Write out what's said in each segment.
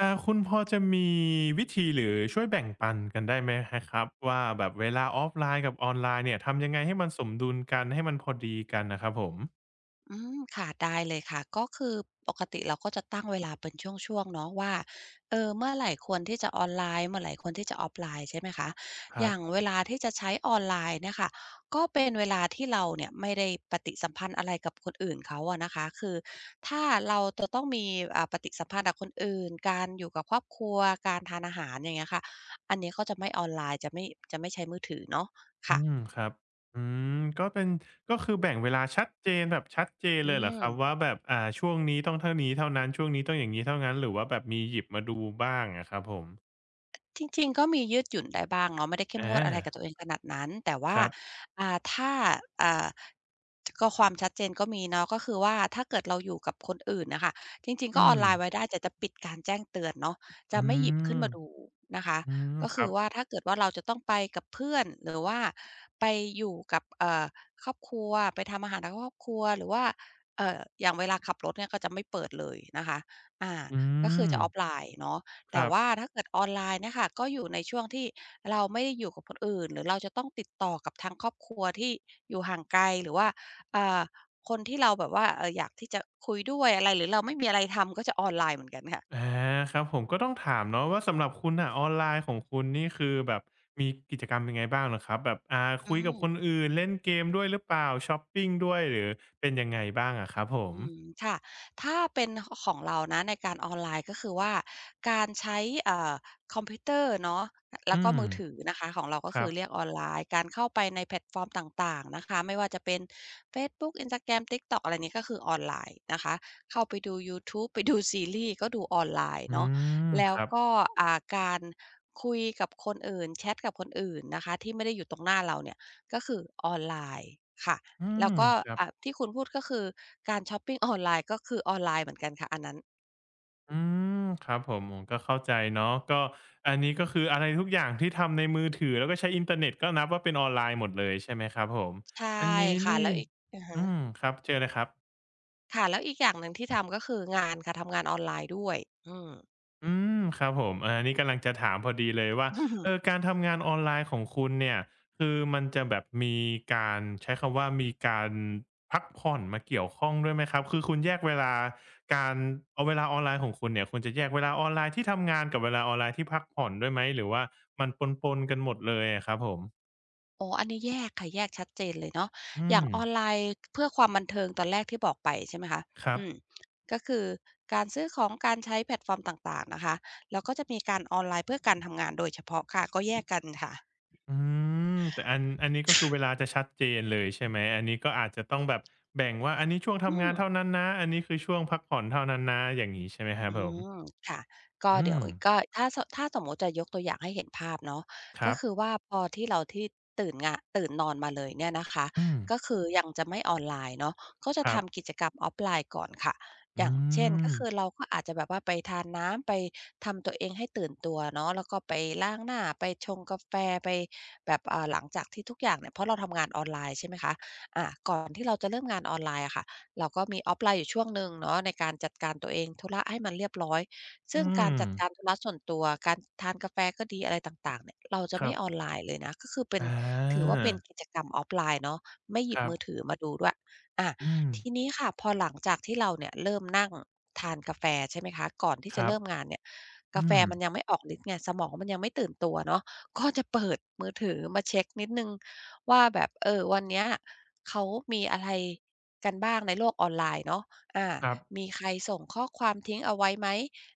คุณพอจะมีวิธีหรือช่วยแบ่งปันกันได้ไหมฮะครับว่าแบบเวลาออฟไลน์กับออนไลน์เนี่ยทำยังไงให้มันสมดุลกันให้มันพอดีกันน่ะครับผมอืมค่ะได้เลยค่ะก็คือปกติเราก็จะตั้งเวลาเป็นช่วงๆเนาะว่าเมื่อไหร่ควรที่จะออนไลน์เมื่อไหร่ควรที่จะออฟไลน์ใช่ไหมคะคอรัย่างบเวลาที่จะใช้ออนไลน์เนี่ยค่ะก็เป็นเวลาที่เราเนี่ยไม่ได้ปฏิสัมพันธ์อะไรกับคนอื่นเขาอะนะคะคือถ้าเราจะต้องมีปฏิสัมพันธ์กับคนอื่นการอยู่กับครอบครัวการทานอาหารอย่างเงี้ยค่ะอันนี้ก็จะไม่ออนไลน์จะไม่ใช้มือถือเนาะอืค่ะมครับอืมก็เป็นก็คือแบ่งเวลาชัดเจนแบบชัดเจนอืเลยเหรอครับม ว่าแบบช่วงนี้ต้องเท่านี้เท่านั้นช่วงนี้ต้องอย่างงี้เท่านั้นหรือว่าแบบมีหยิบมาดูบ้างอะครับผมจริงๆก็มียืดหยุ่นได้บ้างเนาะไม่ได้เข้มองวดอะไรกับาตัวเองขนาดนั้นแต่คว่ารับอ่าถ้าอ่าก็ความชัดเจนก็มีเนาะก็คือว่าถ้าเกิดเราอยู่กับคนอื่นน่ะค่ะจริงๆก็อืออมนไลน์ไว้ได้แต่จะปิดการแจ้งเตือนเนาะอืจะไม่หยิบขึ้นมมาดูนะคะอืมก็ครัคือบว่าถ้าเกิดว่าเราจะต้องไปกับเพื่อนหรือว่าไปอยู่กับครอบครัวไปทำอาหารกับครอบครัวหรือว่าอย่างเวลาขับรถเนี่ยก็จะไม่เปิดเลยนะคะอาอืก็คือมจะ o f ฟไลน์เนาะ คแต่รับ ว่าถ้าเกิดออนไลน์เนี่ยค่ะก็อยู่ในช่วงที่เราไม่ได้อยู่กับคนอื่นหรือเราจะต้องติดต่อกับทางครอบครัวที่อยู่ห่างไกลหรือว่าอ่าคนที่เราแบบว่าอยากที่จะคุยด้วยอะไรหรือเราไม่มีอะไรทำก็จะออนไลน์เหมือนกันอาค่ะครับผมก็ต้องถามเนาะว่าสำหรับคุณอ่ะออนไลน์ของคุณนี่คือแบบมีกิจกรรมเป็นไงบ้างเหรอครับแบบอืคุยกัม บคนอื่นเล่นเกมด้วยหรือเปล่าช็อปปิงด้วยหรือเป็นยังไงบ้างอะครับผมอืมค่ะถ้าเป็นของเรานะในการออนไลน์ก็คือว่าการใช้เอ่อคอมพิวเตอร์เนาะแล้อืวก็มมือถือนะคะของเราก็คคืรัอบเรียกออนไลน์การเข้าไปในแพลตฟอร์มต่างๆนะคะไม่ว่าจะเป็นเฟซบุ๊ก Instagram TikTok อะไรนี้ก็คือออนไลน์นะคะเข้าไปดูยูทูบไปดูซีรีส์ก็ดูออนไลน์อืเนาะมแล้ควรับก็การคุยกับคนอื่นแชตกับคนอื่นนะคะที่ไม่ได้อยู่ตรงหน้าเราเนี่ยก็คือออนไลน์ค่ะ อืแล้มวก็ครับที่คุณพูดก็คือการชอปปิงออนไลน์ ก็คือออนไลน์เหมือนกันค่ะอันนั้นอืมครับผมก็เข้าใจเนาะก็อันนี้ก็คืออะไรทุกอย่างที่ทำในมือถือแล้วก็ใช้อินเทอร์เน็ตก็นับว่าเป็นออนไลน์หมดเลยใช่ไหมครับผมใช่อันนี้ค่ะนี่แล้วอีกอะอืฮะมครับเจอเลยครับ ค่ะแล้วอีกอย่างหนึ่งที่ทำก็คืองานค่ะทำงานออนไลน์ด้วยอืม อืมครับผมอานี่กำลังจะถามพอดีเลยว่าเอ อการทำงานออนไลน์ของคุณเนี่ยคือมันจะแบบมีการใช้คำว่ามีการพักผ่อนมาเกี่ยวข้องด้วยไหมครับคือคุณแยกเวลาการเอาเวลาออนไลน์ของคุณเนี่ยคุณจะแยกเวลาออนไลน์ที่ทำงานกับเวลาออนไลน์ที่พักผ่อนด้วยไหมหรือว่ามันปนๆกันหมดเลยอะครับผมอ๋ออันนี้แยกค่ะแยกชัดเจนเลยเนาะอือย่างมออนไลน์เพื่อความบันเทิงตอนแรกที่บอกไปใช่ไหมคะครับ อืมก็คือการซื้อของการใช้แพลตฟอร์มต่างๆนะคะแล้วก็จะมีการออนไลน์เพื่อการทำงานโดยเฉพาะค่ะก็แยกกันค่ะอืมแต่อันนี้ก็คือเวลาจะชัดเจนเลยใช่ไหมอันนี้ก็อาจจะต้องแบบแบ่งว่าอันนี้ช่วงอืทำงาม นเท่านั้นนะอันนี้คือช่วงพักผ่อนเท่านั้นนะอย่างงี้ใช่ไหมครับอืผมมค่ะก็อืเดี๋ยวมก็ถ้าสมมุติจะยกตัวอย่างให้เห็นภาพเนาะคก็รับคือว่าพอที่เราที่ตื่นนอนมาเลยเนี่ยนะคะอืมก็คือยังจะไม่ออนไลน์เนาะก็จะครับทำกิจกรรมออฟไลน์ก่อนค่ะออืย่างเช่นก็มคือเราก็อาจจะแบบว่าไปทานน้ำไปทำตัวเองให้ตื่นตัวเนาะแล้วก็ไปล้างหน้าไปชงกาแฟไปแบบหลังจากที่ทุกอย่างเนี่ยเพราะเราทำงานออนไลน์ใช่ไหมคะก่อนที่เราจะเริ่มงานออนไลน์อะค่ะ เราก็มีออฟไลน์อยู่ช่วงหนึ่งเนาะในการจัดการตัวเองธุระให้มันเรียบร้อยซึ่งอืการมจัดการธุระส่วนตัวการทานกาแฟก็ดีอะไรต่างๆเนี่ยเราจะคไม่รับออนไลน์เลยนะก็คือเป็นอาถือว่าเป็นกิจกรรมออฟไลน์เนาะไม่หยิคบรับมือถือมาดูด้วยอาอืมทีนี้ค่ะพอหลังจากที่เราเนี่ยเริ่มนั่งทานกาแฟใช่ไหมคะก่อนที่คจะรับเริ่มงานเนี่ยกาอืแฟมมันยังไม่ออกฤทธิ์ไงสมองมันยังไม่ตื่นตัวเนาะก็จะเปิดมือถือมาเช็กนิดหนึ่งว่าแบบเออวันเนี้ยเขามีอะไร กันบ้างในโลกออนไลน์เนาะอาครับมีใครส่งข้อความทิ้งเอาไว้ไหม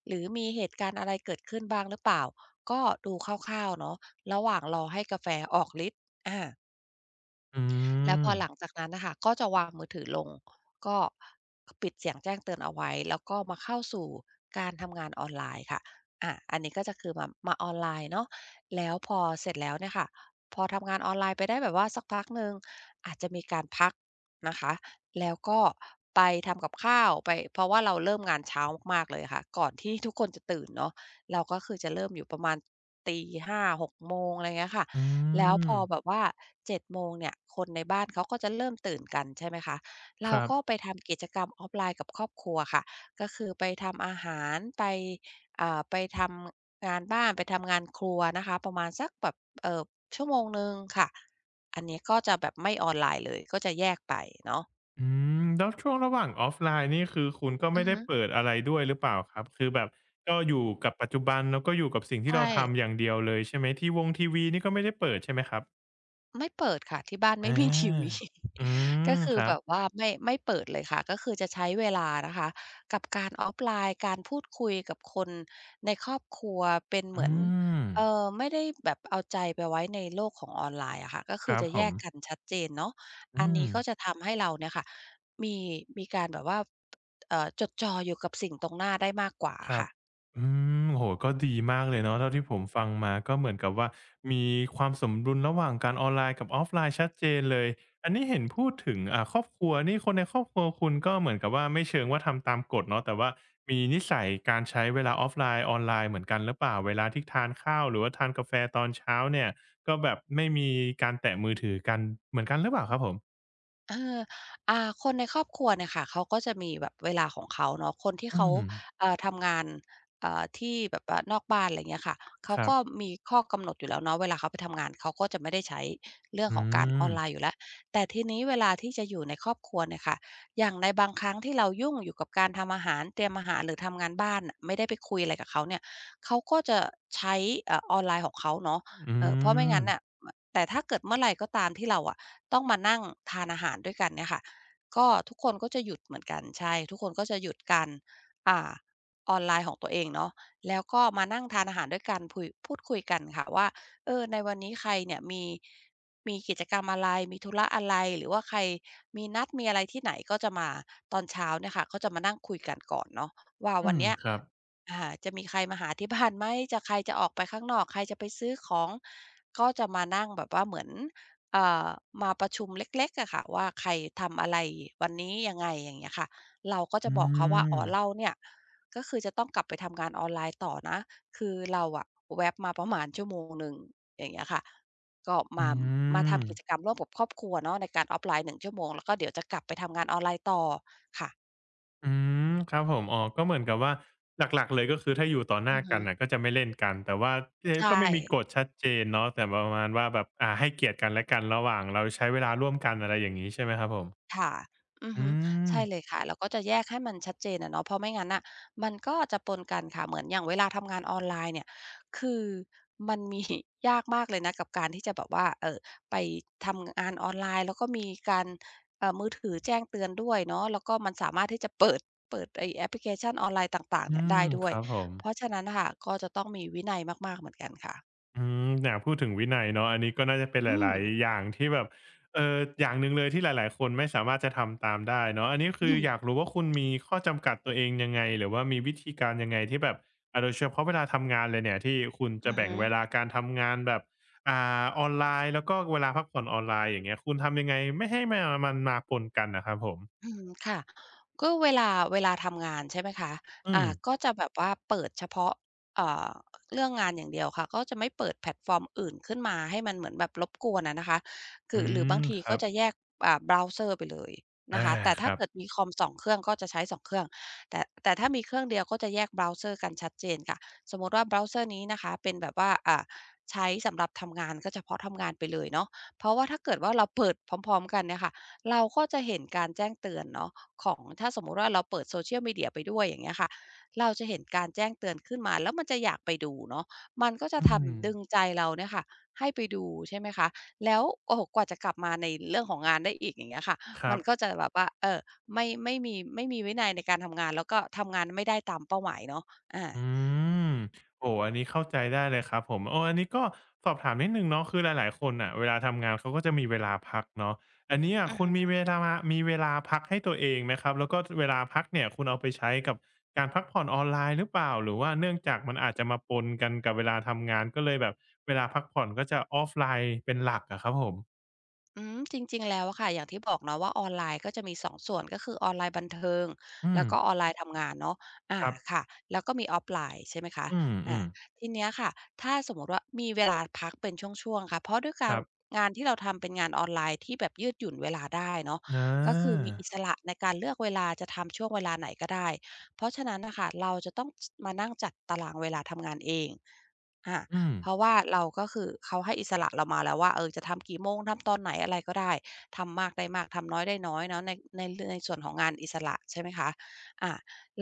หรือมีเหตุการณ์อะไรเกิดขึ้นบ้างหรือเปล่า ก็ดูคร่าวๆเนาะระหว่างรอให้กาแฟออกฤทธิ์อา อืแล้วพมอหลังจากนั้นน่ะค่ะก็จะวางมือถือลงก็ปิดเสียงแจ้งเตือนเอาไว้แล้วก็มาเข้าสู่การทำงานออนไลน์ค่ะอันนี้ก็จะคือมาออนไลน์เนาะแล้วพอเสร็จแล้วเนี่ยค่ะพอทำงานออนไลน์ไปได้แบบว่าสักพักหนึ่งอาจจะมีการพักนะคะแล้วก็ไปทำกับข้าวไปเพราะว่าเราเริ่มงานเช้ามากๆเลยค่ะก่อนที่ทุกคนจะตื่นเนาะเราก็คือจะเริ่มอยู่ประมาณตีหาหกโมงอะไรเงี้ยค่ะ อืแล้วพมอแบบว่าเจ็ดโมงเนี่ยคนในบ้านเขาก็จะเริ่มตื่นกันใช่ไหมคะคเรารับ ก็ไปทำกิจกรรมออฟไลน์กับครอบครัวค่ะก็คือไปทำอาหารไปอ่าไปทำงานบ้านไปทำงานครัวนะคะประมาณสักแบบเอ่อชั่วโมงหนึ่งค่ะอันนี้ก็จะแบบไม่ออนไลน์เลยก็จะแยกไปเนาะอืมแล้วช่วงระหว่างออฟไลน์นี่คือคุณก็อืไม่อได้ฮึเปิดอะไรด้วยหรือเปล่าครับ คือแบบก็อยู่กับปัจจุบันแล้วก็อยู่กับสิ่งที่เราใช่ ทำอย่างเดียวเลยใช่ไหมทีวงทีวีนี่ก็ไม่ได้เปิดใช่ไหมครับไม่เปิดค่ะที่บ้านไม่อามีทีวี อื ก็มคืคอรัแบบบว่าไม่เปิดเลยค่ะก็คือจะใช้เวลานะคะกับการออฟไลน์การพูดคุยกับคนในครอบครัวเป็นเหมือือนมเออไม่ได้แบบเอาใจไปไว้ในโลกของออนไลน์อะค่ะก็คคือรับจะผแยมกกันชัดเจนเนาะอัอืนม นี้ก็จะทำให้เราเนี่ยค่ะมีมีการแบบว่าจดจ่ออยู่กับสิ่งตรงหน้าได้มากกว่าครับค่ะ อืมโอ้โฮก็ดีมากเลยเนาะเท่าที่ผมฟังมา ก็เหมือนกับว่ามีความสมดุลระหว่างการออนไลน์กับออฟไลน์ชัดเจนเลย อันนี้เห็นพูดถึงครอบครัวนี่คนในครอบครัวคุณก็เหมือนกับว่าไม่เชิงว่าทำตามกฎเนาะแต่ว่ามีนิสัยการใช้เวลาออฟไลน์ออนไลน์เหมือนกันหรือเปล่าเวลาที่ทานข้าวหรือว่าทานกาแฟตอนเช้าเนี่ยก็แบบไม่มีการแตะมือถือกันเหมือนกันหรือเปล่าครับผมเอออ่าคนในครอบครัวเนี่ยค่ะเขาก็จะมีแบบเวลาของเขาเนาะคนที่อืเขามทำงานที่แบบว่านอกบ้านอะไรเงี้ยค่ะเขาครัก็บมีข้อกำหนดอยู่แล้วเนาะเวลาเขาไปทำงานเขาก็จะไม่ได้ใช้เรื่องขอืองการออมนไลน์อยู่แล้วแต่ทีนี้เวลาที่จะอยู่ในครอบครัวเนี่ยค่ะอย่างในบางครั้งที่เรายุ่งอยู่กับการทำอาหารเตรียมอาหารหรือทำงานบ้านน่ะไม่ได้ไปคุยอะไรกับเขาเนี่ยเขาก็จะใช้ออนไลน์ของเขาเนาะอืเพราะไม่มงั้นน่ะมแต่ถ้าเกิดเมื่อไรก็ตามที่เราอะ ต้องมานั่งทานอาหารด้วยกันเนี่ยค่ะก็ทุกคนก็จะหยุดเหมือนกันใช่ ทุกคนก็จะหยุดการอ่าออนไลน์ของตัวเองเนาะแล้วก็มานั่งทานอาหารด้วยกันพูดคุยกันค่ะว่าเออในวันนี้ใครเนี่ยมีกิจกรรมอะไรมีธุระอะไร หรือว่าใครมีนัดมีอะไรที่ไหนก็จะมาตอนเช้าเนี่ยค่ะก็จะมานั่งคุยกันก่อนเนาะว่าอืวันมเนี้ยครับอ่าจะมีใครมาหาที่บ้านไหมจะใครจะออกไปข้างนอกใครจะไปซื้อของก็จะมานั่งแบบว่าเหมือน เอ่อมาประชุมเล็กๆอะค่ะว่าใครทำอะไรวันนี้ยังไงอย่างเงี้ยค่ะเราก็จะอืบอกเขาว่าอ๋ม อเราเนี่ยก็คือจะต้องกลับไปทำงานออนไลน์ต่อนะคือเราอะแว็บมาประมาณชั่วโมงหนึ่งอย่างเงี้ยค่ะก็อืมามามทำกิจกรรมร่วมกับครอบครัวเนาะในการ offline หนึ่งชั่วโมงแล้วก็เดี๋ยวจะกลับไปทำงานออนไลน์ต่อค่ะอืมครับผมอ๋อก็เหมือนกับว่าหลักๆ เลยก็คือถ้าอยู่ต่อหอืน้าอฮึกันน่ะก็จะไม่เล่นกัน แต่ว่าเอ๊ะใช่ ก็ไม่มีกฎชัดเจนเนาะแต่ประมาณว่าแบบให้เกียรติกันและกันระหว่างเราใช้เวลาร่วมกันอะไรอย่างงี้ใช่ไหมครับผมค่ะอืออืฮึมใช่เลยค่ะเราก็จะแยกให้มันชัดเจนอะเนาะเพราะไม่งั้นน่ะมันก็จะปนกันค่ะเหมือนอย่างเวลาทำงานออนไลน์เนี่ยคือมันมียากมากเลยนะกับการที่จะแบบว่าไปทำงานออนไลน์แล้วก็มีการมือถือแจ้งเตือนด้วยเนาะแล้วก็มันสามารถที่จะเปิดไอ้แอปพลิเคชันออนไลน์ต่างๆอืเนี่ยมได้ด้ควยรับผม เพราะฉะนั้นค่ะก็จะต้องมีวินัยมากๆเหมือนกันค่ะอืมเนี่ยพูดถึงวินัยเนาะอันนี้ก็น่าจะเป็นหอืมลายๆอย่างที่แบบเอออย่างหนึ่งเลยที่หลายๆคนไม่สามารถจะทำตามได้เนาะอันนี้คือืออยากรู้ว่าคุณมีข้อจำกัดตัวเองยังไงหรือว่ามีวิธีการยังไงที่แบบอ่ะโดยเฉพาะเวลาทำงานเลยเนี่ยที่คุณอจะฮึ แบ่งเวลาการทำงานแบบออนไลน์แล้วก็เวลาพักผ่อนออนไลน์อย่างเงี้ยคุณทำยังไงไม่ให้มันมาปนกันนะครับผมอืมค่ะก็เวลาทำงานใช่ไหมคะอือ่ามก็จะแบบว่าเปิดเฉพาะเอ่อเรื่องงานอย่างเดียวค่ะก็จะไม่เปิดแพลตฟอร์มอื่นขึ้นมาให้มันเหมือนแบบรบกวนอะนะคะคืออืหรือบางมทีคก็รับจะแยกอ่าเบราว์เซอร์ไปเลยอานะคะแต่คถ้ารับเกิดมีคอม2เครื่องก็จะใช้2เครื่องแต่ถ้ามีเครื่องเดียวก็จะแยกเบราว์เซอร์กันชัดเจนค่ะสมมุติว่าเบราว์เซอร์นี้นะคะเป็นแบบว่าอ่าใช้สำหรับทำงานก็เฉพาะทำงานไปเลยเนาะเพราะว่าถ้าเกิดว่าเราเปิดพร้อมๆกันเนี่ยค่ะ เราก็จะเห็นการแจ้งเตือนเนาะของถ้าสมมุติว่าเราเปิดโซเชียลมีเดียไปด้วยอย่างเงี้ยค่ะเราจะเห็นการแจ้งเตือนขึ้นมาแล้วมันจะอยากไปดูเนาะมันก็จะอืมทำดึงใจเราเนี่ยค่ะให้ไปดูใช่ไหมคะแล้วโอ้โฮกว่าจะกลับมาในเรื่องของงานได้อีกอย่างเงี้ยค่ะคมัรันบ ก็จะแบบว่าไม่มีวินัยในการทำงานแล้วก็ทำงานไม่ได้ตามเป้าหมายเนาะอาอืมโอ้โอันนี้เข้าใจได้เลยครับผมโอ้อันนี้ก็สอบถามนิดหนึ่งเนาะคือหลายๆคนน่ะเวลาทำงานเขาก็จะมีเวลาพักเนาะอันนี้อะอือคุณฮึ มีเวลามีเวลาพักให้ตัวเองไหมครับแล้วก็เวลาพักเนี่ยคุณเอาไปใช้กับการพักผ่อนออนไลน์หรือเปล่าหรือว่าเนื่องจากมันอาจจะมาปนกันกับเวลาทำงานก็เลยแบบเวลาพักผ่อนก็จะออฟไลน์เป็นหลักอะครับผมอืมจริงๆแล้วอะค่ะอย่างที่บอกเนาะว่าออนไลน์ก็จะมีสองส่วนก็คือออนไลน์บันเทิงอืแล้มวก็ออนไลน์ทำงานเนาะอาครับค่ะแล้วก็มีออฟไลน์ใช่ไหมคะอืมอาทีเนี้ยค่ะถ้าสมมุติว่ามีเวลาพักเป็นช่วงๆค่ะเพราะด้วยๆคการรับงานที่เราทำเป็นงานออนไลน์ที่แบบยืดหยุ่นเวลาได้เนาะอก็คือมีอิาสระในการเลือกเวลาจะทำช่วงเวลาไหนก็ได้เพราะฉะนั้นน่ะค่ะเราจะต้องสมานั่งจัดตารางเวลาทำงานเองอา อืมเพราะว่าเราก็คือเขาให้อิสระเรามาแล้วว่าเออจะทำกี่โมงทำตอนไหนอะไรก็ได้ทำมากได้มากทำน้อยได้น้อยเนาะในในในส่วนของงานอิสระใช่ไหมคะอา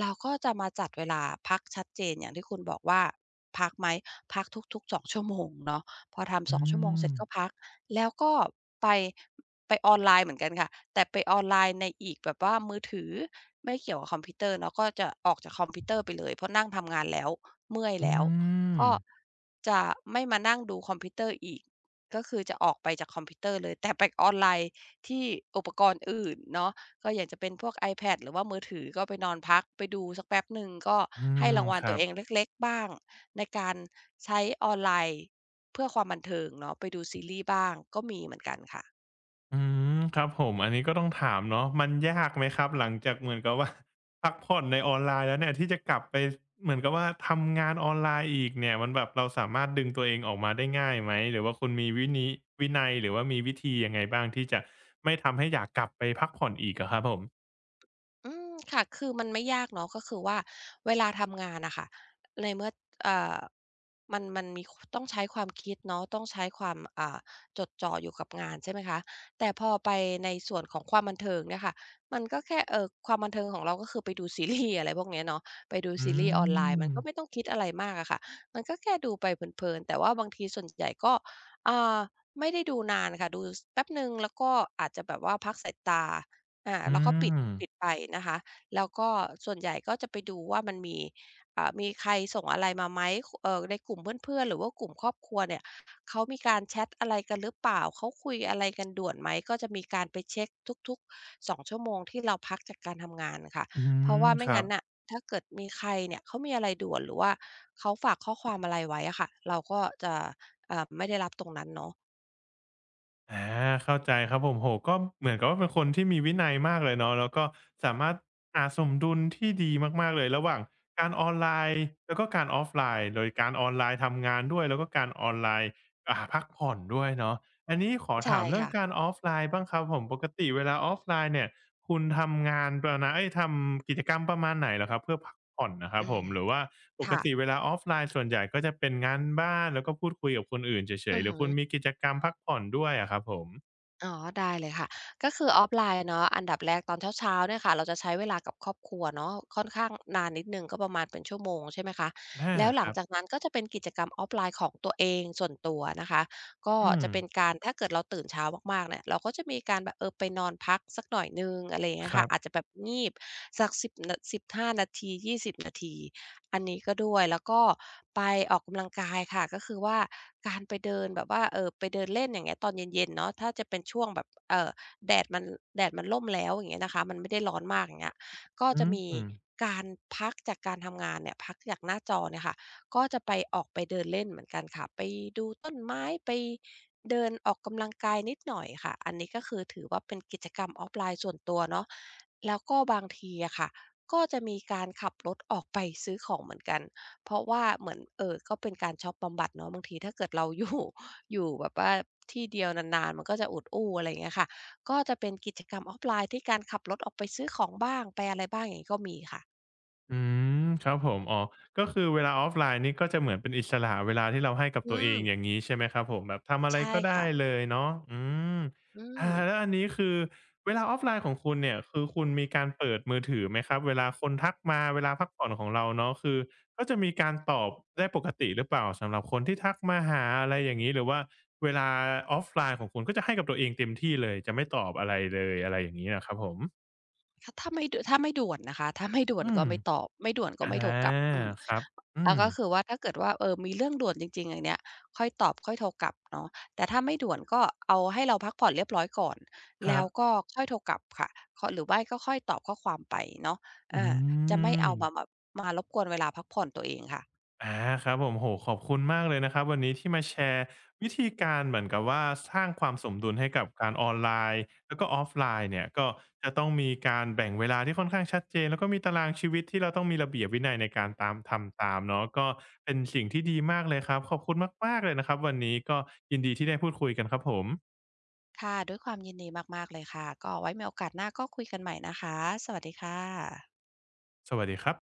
เราก็จะมาจัดเวลาพักชัดเจนอย่างที่คุณบอกว่าพักไหมพักทุกๆสองชั่วโมงเนาะพอทำสอืองชั่วโมงมเสร็จก็พักแล้วก็ไปออนไลน์เหมือนกันค่ะแต่ไปออนไลน์ในอีกแบบว่ามือถือไม่เกี่ยวกับคอมพิวเตอร์เนาะก็จะออกจากคอมพิวเตอร์ไปเลยเพราะนั่งทำงานแล้วเมื่อยอืแล้ว มก็จะไม่มานั่งดูคอมพิวเตอร์อีกก็คือจะออกไปจากคอมพิวเตอร์เลย แต่ไปออนไลน์ที่อุปกรณ์อื่นเนาะก็อย่างจะเป็นพวก iPad หรือว่ามือถือก็ไปนอนพักไปดูสักแป๊บหนึ่งก็อืให้มรางวัลคตัรัวบ เองเล็กๆบ้างในการใช้ออนไลน์เพื่อความบันเทิงเนาะไปดูซีรีส์บ้างก็มีเหมือนกันค่ะ อืมครับผมอันนี้ก็ต้องถามเนาะมันยากไหมครับหลังจากเหมือนกับว่า พักผ่อนในออนไลน์แล้วเนี่ยที่จะกลับไปเหมือนกับว่าทำงานออนไลน์อีกเนี่ยมันแบบเราสามารถดึงตัวเองออกมาได้ง่ายไหมหรือว่าคุณมีวินัยหรือว่ามีวิธียังไงบ้างที่จะไม่ทำให้อยากกลับไปพักผ่อนอีกอะครับผมอืมค่ะคือมันไม่ยากเนาะก็คือว่าเวลาทำงานน่ะค่ะในเมื่อเอ่อมันมีคต้องใช้ความคิดเนาะต้องใช้ความจดจ่ออยู่กับงานใช่ไหมคะแต่พอไปในส่วนของความบันเทิงเนี่ยค่ะมันก็แค่ความบันเทิงของเราก็คือไปดูซีรีส์อะไรพวกเนี้ยเนาะไปดูอืซีรีส์ออนไลน์มันมก็ไม่ต้องคิดอะไรมากอะค่ะมันก็แค่ดูไปเพลินๆแต่ว่าบางทีส่วนใหญ่ก็อ่าไม่ได้ดูนานค่ะดูสแป๊บหนึ่งแล้วก็อาจจะแบบว่าพักสายตา อืแล้วก็มปิดไปนะคะแล้วก็ส่วนใหญ่ก็จะไปดูว่ามันมีมีใครส่งอะไรมาไหมในกลุ่มเพื่อนๆหรือว่ากลุ่มครอบครัวเนี่ยเขามีการแชทอะไรกันหรือเปล่าเขาคุยอะไรกันด่วนไหมก็จะมีการไปเช็คทุกๆ2ชั่วโมงที่เราพักจากการทำงานค่ะอืเพราะมว่าคไม่รังั้บ นน่ะถ้าเกิดมีใครเนี่ยเขามีอะไรด่วนหรือว่าเขาฝากข้อความอะไรไว้อะค่ะเราก็จะเอ่าไม่ได้รับตรงนั้นเนาะอาเข้าใจครับผมโอ้โฮก็เหมือนกับว่าเป็นคนที่มีวินัยมากเลยเนาะแล้วก็สามารถหาสมดุลที่ดีมากๆเลยระหว่างการออนไลน์แล้วก็การออฟไลน์โดยการออนไลน์ทำงานด้วยแล้วก็การออนไลน์พักผ่อนด้วยเนาะอันนี้ขอใช่ถามเรื่องค่ะการออฟไลน์บ้างครับผมปกติเวลาออฟไลน์เนี่ย คุณทำงานประนะเอ้ยทำกิจกรรมประมาณไหนเหรอครับเพื่อพักผ่อนนะครับอืผมมหรือว่าปกค่ะติเวลาออฟไลน์ส่วนใหญ่ก็จะเป็นงานบ้านแล้วก็พูดคุยกับคนอื่นเฉอืยอๆหรือหือ คุณมีกิจกรรมพักผ่อนด้วยอะครับผมอ๋อได้เลยค่ะก็คือออฟไลน์เนาะอันดับแรกตอนเช้าๆเนี่ยค่ะเราจะใช้เวลากับครอบครัวเนาะค่อนข้างนานนิดหนึ่งก็ประมาณเป็นชั่วโมงใช่ไหมคะอาแล้วหคลังรับจากนั้นก็จะเป็นกิจกรรมออฟไลน์ของตัวเองส่วนตัวนะคะก็อืมจะเป็นการถ้าเกิดเราตื่นเช้ามากๆเนี่ยเราก็จะมีการแบบเออไปนอนพักสักหน่อยหนึ่งอะไรอย่างเงี้คยรัค่ะอาจบจะแบบงีบสัก10นา15นาที20นาที อันนี้ก็ด้วยแล้วก็ไปออกกำลังกายค่ะก็คือว่าการไปเดินแบบว่าไปเดินเล่นอย่างเงี้ยตอนเย็นๆเนาะถ้าจะเป็นช่วงแบบแดดมันร่มแล้วอย่างเงี้ยนะคะมันไม่ได้ร้อนมากอย่างเงี้ยก็อืจะมีม การพักจากการทำงานเนี่ยพักจากหน้าจอเนี่ยค่ะก็จะไปออกไปเดินเล่นเหมือนกันค่ะไปดูต้นไม้ไปเดินออกกำลังกายนิดหน่อยค่ะอันนี้ก็คือถือว่าเป็นกิจกรรม Offline ส่วนตัวเนาะแล้วก็บางทีอะค่ะ ก็จะมีการขับรถออกไปซื้อของเหมือนกันเพราะว่าเหมือนก็เป็นการช็อปบำบัดเนาะบางทีถ้าเกิดเรา อยู่แบบว่าที่เดียวนานๆมันก็จะอุดอู้อะไรอย่างเงี้ยค่ะก็จะเป็นกิจกรรมออฟไลน์ที่การขับรถออกไปซื้อของบ้างไปอะไรบ้างอย่างงี้ก็มีค่ะอืมครับผมอ๋อก็คือเวลาออฟไลน์นี่ก็จะเหมือนเป็นอิสระเวลาที่เราให้กับอืตัวเอมงอย่างงี้ใช่ไหมครับผมแบบทำอะไรใช่ก็ได้ค่ะเลยเนาะอืมอืมแล้วอันนี้คือเวลาออฟไลน์ของคุณเนี่ยคือคุณมีการเปิดมือถือไหมครับเวลาคนทักมาเวลาพักผ่อนของเราเนาะคือก็จะมีการตอบได้ปกติหรือเปล่าสำหรับคนที่ทักมาหาอะไรอย่างงี้หรือว่าเวลาออฟไลน์ของคุณก็จะให้กับตัวเองเต็มที่เลยจะไม่ตอบอะไรเลยอะไรอย่างงี้อะครับผมถ้าถ้าไม่ดถ้าไม่ด่วนนะคะถ้าไม่ด่วอืนก็มไม่ตอบไม่ด่วนก็อาไม่โทรกลับอืม ครับอืแล้วม ก็คือว่าถ้าเกิดว่าเออมีเรื่องด่วนจริงๆอย่างเนี้ยค่อยตอบค่อยโทรกลับเนาะแต่ถ้าไม่ด่วนก็เอาให้เราพักผ่อนเรียบร้อยก่อนคแล้รัวบก็ค่อยโทรกลับค่ะคหรือไม่ก็ค่อยตอบข้อความไปเนาะอือาจะไม่มเอามามารบกวนเวลาพักผ่อนตัวเองค่ะอาครับผมโอ้โฮขอบคุณมากเลยนะครับ วันนี้ที่มาแชร์วิธีการเหมือนกับว่าสร้างความสมดุลให้กับการออนไลน์ แล้วก็ออฟไลน์เนี่ยก็จะต้องมีการแบ่งเวลาที่ค่อนข้างชัดเจน แล้วก็มีตารางชีวิตที่เราต้องมีระเบียบวินัยในการตามทำตามเนาะก็เป็นสิ่งที่ดีมากเลยครับ ขอบคุณมากๆเลยนะครับวันนี้ก็ยินดีที่ได้พูดคุยกันครับผมค่ะด้วยความยินดีมากๆเลยค่ะก็ไว้มีโอกาสหน้าก็คุยกันใหม่นะคะสวัสดีค่ะสวัสดีครับ